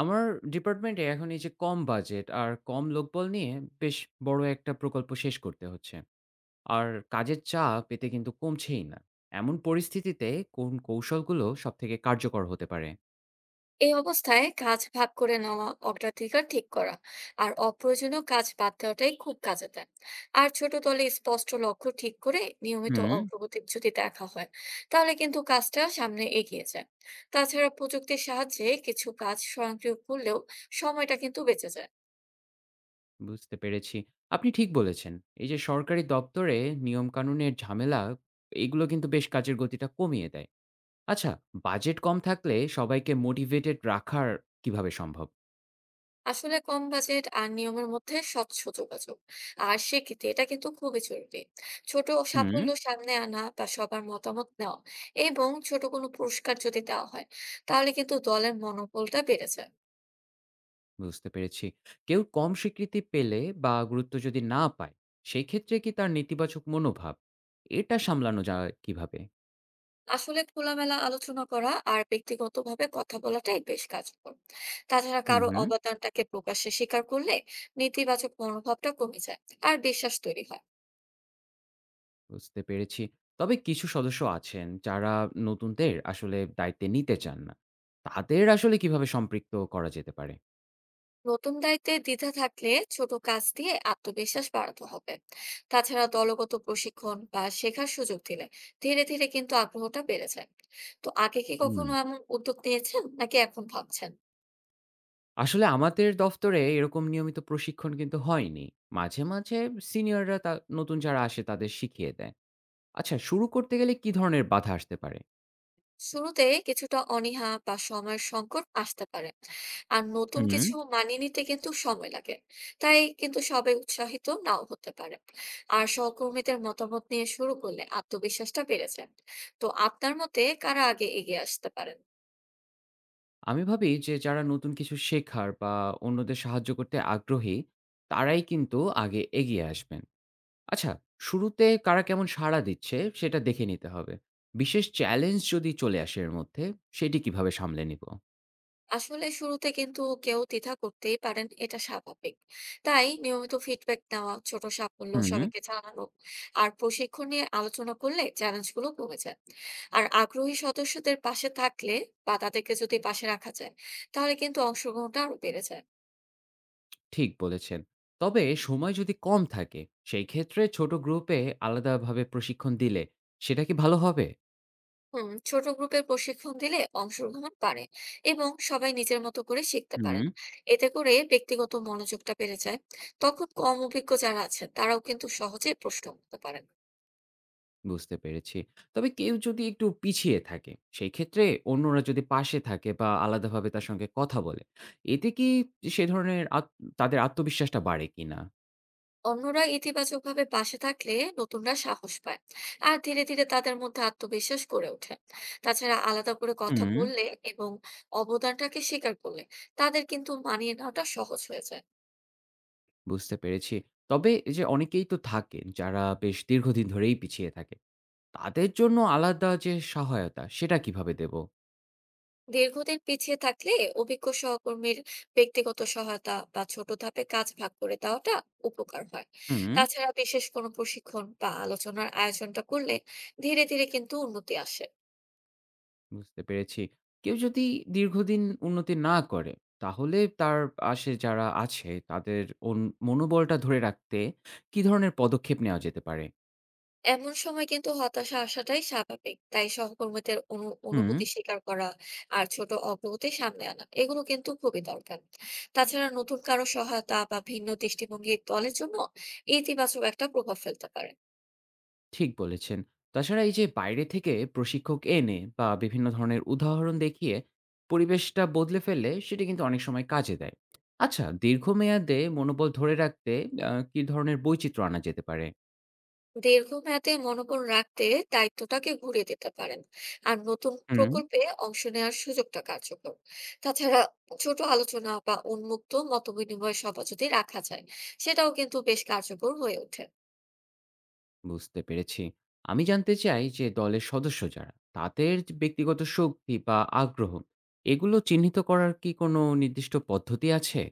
আমার ডিপার্টমেন্টে এখন এই যে কম বাজেট আর কম লোকবল নিয়ে বেশ বড় একটা প্রকল্প শেষ করতে হচ্ছে আর কাজের চাপ এতে কিন্তু কমছেই না। এমন পরিস্থিতিতে কোন কৌশলগুলো সব থেকে কার্যকর হতে পারে? এই অবস্থায় কাজ ভাগ করে নেওয়া, অগ্রাধিকার ঠিক করা আর অপ্রয়োজনীয় কাজ বাদ দেওয়াটাই খুব কাজে দেয়। আর ছোট দলে স্পষ্ট লক্ষ্য ঠিক করে নিয়মিত হুম। অগ্রগতি যদি দেখা হয়, তাহলে কিন্তু কাজটা সামনে এগিয়ে যায়। তাছাড়া প্রযুক্তির সাহায্যে কিছু কাজ স্বয়ংক্রিয় করলেও সময়টা কিন্তু বেঁচে যায়। বুঝতে পেরেছি, আপনি ঠিক বলেছেন। এই যে সরকারি দপ্তরে নিয়ম কানুনের ঝামেলা, এগুলো কিন্তু বেশ কাজের গতিটা কমিয়ে দেয়। আচ্ছা, বাজেট কম থাকলে সবাইকে মোটিভেটেড রাখার কিভাবে সম্ভব? আসলে কম বাজেট আর নিয়মের মধ্যে স্বচ্ছ যোগাযোগ আর স্বীকৃতি এটা কিন্তু খুবই জরুরি। ছোট হুম। সাফল্য সামনে আনা বা সবার মতামত নেওয়া এবং ছোট কোনো পুরস্কার যদি দেওয়া হয়, তাহলে কিন্তু দলের মনোবলটা বেড়ে যায়। বুঝতে পেরেছি। কেউ কম স্বীকৃতি পেলে বা গুরুত্ব যদি না পায়, সেক্ষেত্রে কি তার নেতিবাচক মনোভাব, এটা সামলানো যায় কিভাবে? আসলে খোলামেলা আলোচনা করা আর ব্যক্তিগতভাবে কথা বলাটাই বেশ কার্যকর। তাছাড়া হুম, কারো হুম। অবদানটাকে প্রকাশ্যে স্বীকার করলে নেতিবাচক মনোভাবটা কমে যায় আর বিশ্বাস তৈরি হয়। বুঝতে পেরেছি। তবে কিছু সদস্য আছেন যারা নতুনদের আসলে দায়িত্বে নিতে চান না। তাদের আসলে কিভাবে সম্পৃক্ত করা যেতে পারে? নতুন দায়িত্বে দ্বিধা থাকলে ছোট কাজ দিয়ে আত্মবিশ্বাস বাড়াতে হবে। তাছাড়া দলগত প্রশিক্ষণ বা শেখার সুযোগ দিলে ধীরে ধীরে কিন্তু আগ্রহটা বেড়ে যায়। তো আগে কি হুম। কখনো এমন উদ্যোগ নিয়েছেন, নাকি এখন ভাবছেন? আসলে আমাদের দফতরে এরকম নিয়মিত প্রশিক্ষণ কিন্তু হয়নি। মাঝে, মাঝে সিনিয়ররা তা নতুন যারা আসে তাদের শিখিয়ে দেয়। আচ্ছা, শুরু করতে গেলে কি ধরনের বাধা আসতে পারে? শুরুতে কিছুটা অনীহা বা সময়ের সংকট আসতে পারে, আর নতুন হুম। কিছু মানিয়ে নিতে কিন্তু সময় লাগে। তাই কিন্তু সবাই উৎসাহিত নাও হতে পারে। আর সহকর্মীদের মতামত নিয়ে শুরু করলে আত্মবিশ্বাসটা বেড়ে যায়। তো আপনার মতে কারা আগে এগিয়ে আসতে পারেন? আমি ভাবি যে যারা নতুন কিছু শেখার বা অন্যদের সাহায্য করতে আগ্রহী তারাই কিন্তু আগে এগিয়ে আসবেন। আচ্ছা, শুরুতে কারা কেমন সাড়া দিচ্ছে সেটা দেখে নিতে হবে। বিশেষ চ্যালেঞ্জ যদি চলে আসে এর মধ্যে, সেটি কিভাবে সামলে নিব? আসলে শুরুতে কিন্তু কেউ দ্বিধা করতেই পারেন, এটা স্বাভাবিক। তাই নিয়মিত ফিডব্যাক নেওয়া, ছোট সাফল্য হুম, সবাইকে জানানো আর প্রশিক্ষণ নিয়ে আলোচনা করলে চ্যালেঞ্জ গুলো কমে যায়। আর আগ্রহী সদস্যদের পাশে থাকলে বা তাদেরকে যদি পাশে রাখা যায়, তাহলে কিন্তু অংশগ্রহণটা আরো বেড়ে যায়। ঠিক বলেছেন। তবে সময় যদি কম থাকে, সেই ক্ষেত্রে ছোট গ্রুপে আলাদাভাবে প্রশিক্ষণ দিলে সেটা কি ভালো হবে? হুম, ছোট গ্রুপের প্রশিক্ষণ দিলে অংশগ্রহণ বাড়ে এবং সবাই নিজের মতো করে শিখতে পারেন। হুম। এতে করে ব্যক্তিগত মনোযোগটা বেড়ে যায়। তখন কম অভিজ্ঞ যারা আছেন তারাও কিন্তু সহজে প্রশ্ন করতে পারেন। বুঝতে পেরেছি। তবে কেউ যদি একটু পিছিয়ে থাকে, সেই ক্ষেত্রে অন্যরা যদি পাশে থাকে বা আলাদাভাবে তার সঙ্গে কথা বলে, এতে কি সে ধরনের আত তাদের আত্মবিশ্বাসটা বাড়ে কিনা? অন্যরা ইতিবাচকভাবে পাশে থাকলে নতুনরা সাহস পায় আর ধীরে ধীরে তাদের মধ্যে আত্মবিশ্বাস গড়ে ওঠে। তাছাড়া আলাদা করে কথা হুম। বললে এবং অবদানটাকে স্বীকার করলে তাদের কিন্তু মানিয়ে নেওয়াটা সহজ হয়ে যায়। বুঝতে পেরেছি। তবে এই যে অনেকেই তো থাকে যারা বেশ দীর্ঘদিন ধরেই পিছিয়ে থাকে। তাদের জন্য আলাদা যে সহায়তা সেটা কিভাবে দেব? দীর্ঘদিন পিছিয়ে থাকলে অভিজ্ঞ সহকর্মীর ব্যক্তিগত সহায়তা বা ছোট ধাপে কাজ ভাগ করে দেওয়াটা উপকার হয়। হুম। তাছাড়া বিশেষ কোনো প্রশিক্ষণ বা আলোচনার আয়োজনটা করলে ধীরে ধীরে কিন্তু উন্নতি আসে। বুঝতে পেরেছি। কেউ যদি দীর্ঘদিন উন্নতি না করে, তাহলে তার পাশে যারা আছে তাদের অন মনোবলটা ধরে রাখতে কি ধরনের পদক্ষেপ নেওয়া যেতে পারে? এমন সময় কিন্তু হতাশা আসাটাই স্বাভাবিক। তাই সহকর্মীদের হুম, অনুভূতি স্বীকার করা আর ছোট অগ্রগতি সামনে আনা এগুলো কিন্তু খুবই দরকার। তাছাড়া নতুন কারো সহায়তা বা ভিন্ন দৃষ্টিভঙ্গি দলের জন্য ইতিবাচক একটা প্রভাব ফেলতে পারে। ঠিক বলেছেন। তাছাড়া এই যে বাইরে থেকে প্রশিক্ষক এনে বা বিভিন্ন ধরনের উদাহরণ দেখিয়ে পরিবেশটা বদলে ফেললে সেটি কিন্তু অনেক সময় কাজে দেয়। আচ্ছা, দীর্ঘমেয়াদে মনোবল ধরে রাখতে কি ধরনের বৈচিত্র্য আনা যেতে পারে? দীর্ঘমেয়াদে মনোবল রাখতে দায়িত্বটাকে ঘুরিয়ে দিতে পারেন আর নতুন হুম। প্রকল্পে অংশ নেওয়ার সুযোগটা কার্যকর। তাছাড়া ছোট আলোচনা বা উন্মুক্ত মতবিনিময় সভা যদি রাখা যায়, সেটাও কিন্তু বেশ কার্যকর হয়ে ওঠে। বুঝতে পেরেছি। আমি জানতে চাই যে দলের সদস্য যারা, তাদের যে ব্যক্তিগত শক্তি বা আগ্রহ, এগুলো চিহ্নিত করার কি কোনো নির্দিষ্ট পদ্ধতি আছে?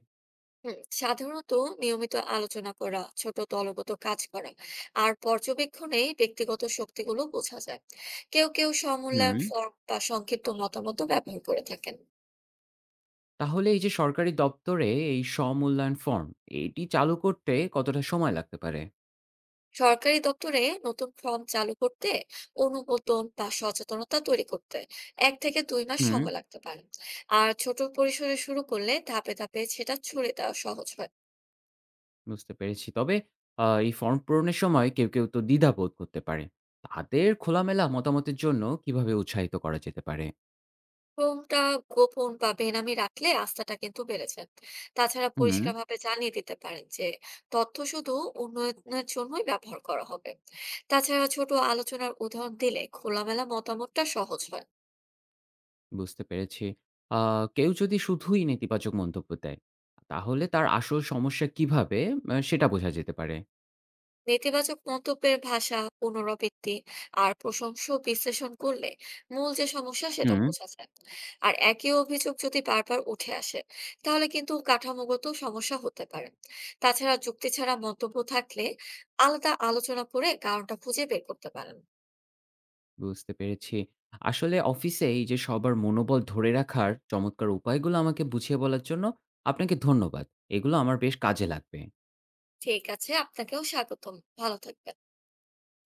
হুম, সাধারণত নিয়মিত আলোচনা করা, ছোট দলগত কাজ করা আর পর্যবেক্ষণে ব্যক্তিগত শক্তিগুলো বোঝা যায়। কেউ কেউ হুম। সমূল্যায়ন ফর্ম বা সংক্ষিপ্ত মতামত ব্যবহার করে থাকেন। তাহলে এই যে সরকারি দপ্তরে এই স্ব-মূল্যায়ন ফর্ম, এটি চালু করতে কতটা সময় লাগতে পারে? সরকারি দপ্তরে নতুন ফর্ম চালু করতে, অনুমোদন বা সচেতনতা তৈরি করতে 1-2 মাস হুম। সময় লাগতে পারে। আর ছোট পরিসরে শুরু করলে ধাপে ধাপে সেটা ছড়িয়ে দেওয়া সহজ হয়। বুঝতে পেরেছি। তবে এই ফর্ম পূরণের সময় কেউ, কেউ তো দ্বিধা বোধ করতে পারে। তাদের খোলামেলা মতামতের জন্য কিভাবে উৎসাহিত করা যেতে পারে? ক্রমটা গোপন বা বেনামি রাখলে আস্থাটা কিন্তু বেড়েছে। তাছাড়া হুম। পরিষ্কারভাবে জানিয়ে দিতে পারেন যে তথ্য শুধু উন্নয়নের জন্যই ব্যবহার করা হবে। তাছাড়া ছোট আলোচনার উদাহরণ দিলে খোলামেলা মতামতটা সহজ হয়। বুঝতে পেরেছি। আ কেউ যদি শুধুই নেতিবাচক মন্তব্য দেয়, তাহলে তার আসল সমস্যা কিভাবে সেটা বোঝা যেতে পারে? নেতিবাচক মন্তব্যের ভাষা, পুনরাবৃত্তি আর প্রশংসা বিশ্লেষণ করলে মূল যে সমস্যা সেটা হুম। বোঝা যায়। আর একই অভিযোগ যদি বারবার উঠে আসে, তাহলে কিন্তু কাঠামোগত সমস্যা হতে পারে। তাছাড়া যুক্তি ছাড়া মন্তব্য থাকলে আলাদা আলোচনা করে কারণটা খুঁজে বের করতে পারেন। বুঝতে পেরেছি। আসলে অফিসে এই যে সবার মনোবল ধরে রাখার চমৎকার উপায়গুলো আমাকে বুঝিয়ে বলার জন্য আপনাকে ধন্যবাদ। এগুলো আমার বেশ কাজে লাগবে। ঠিক আছে, আপনাকেও স্বাগতম। ভালো থাকবেন।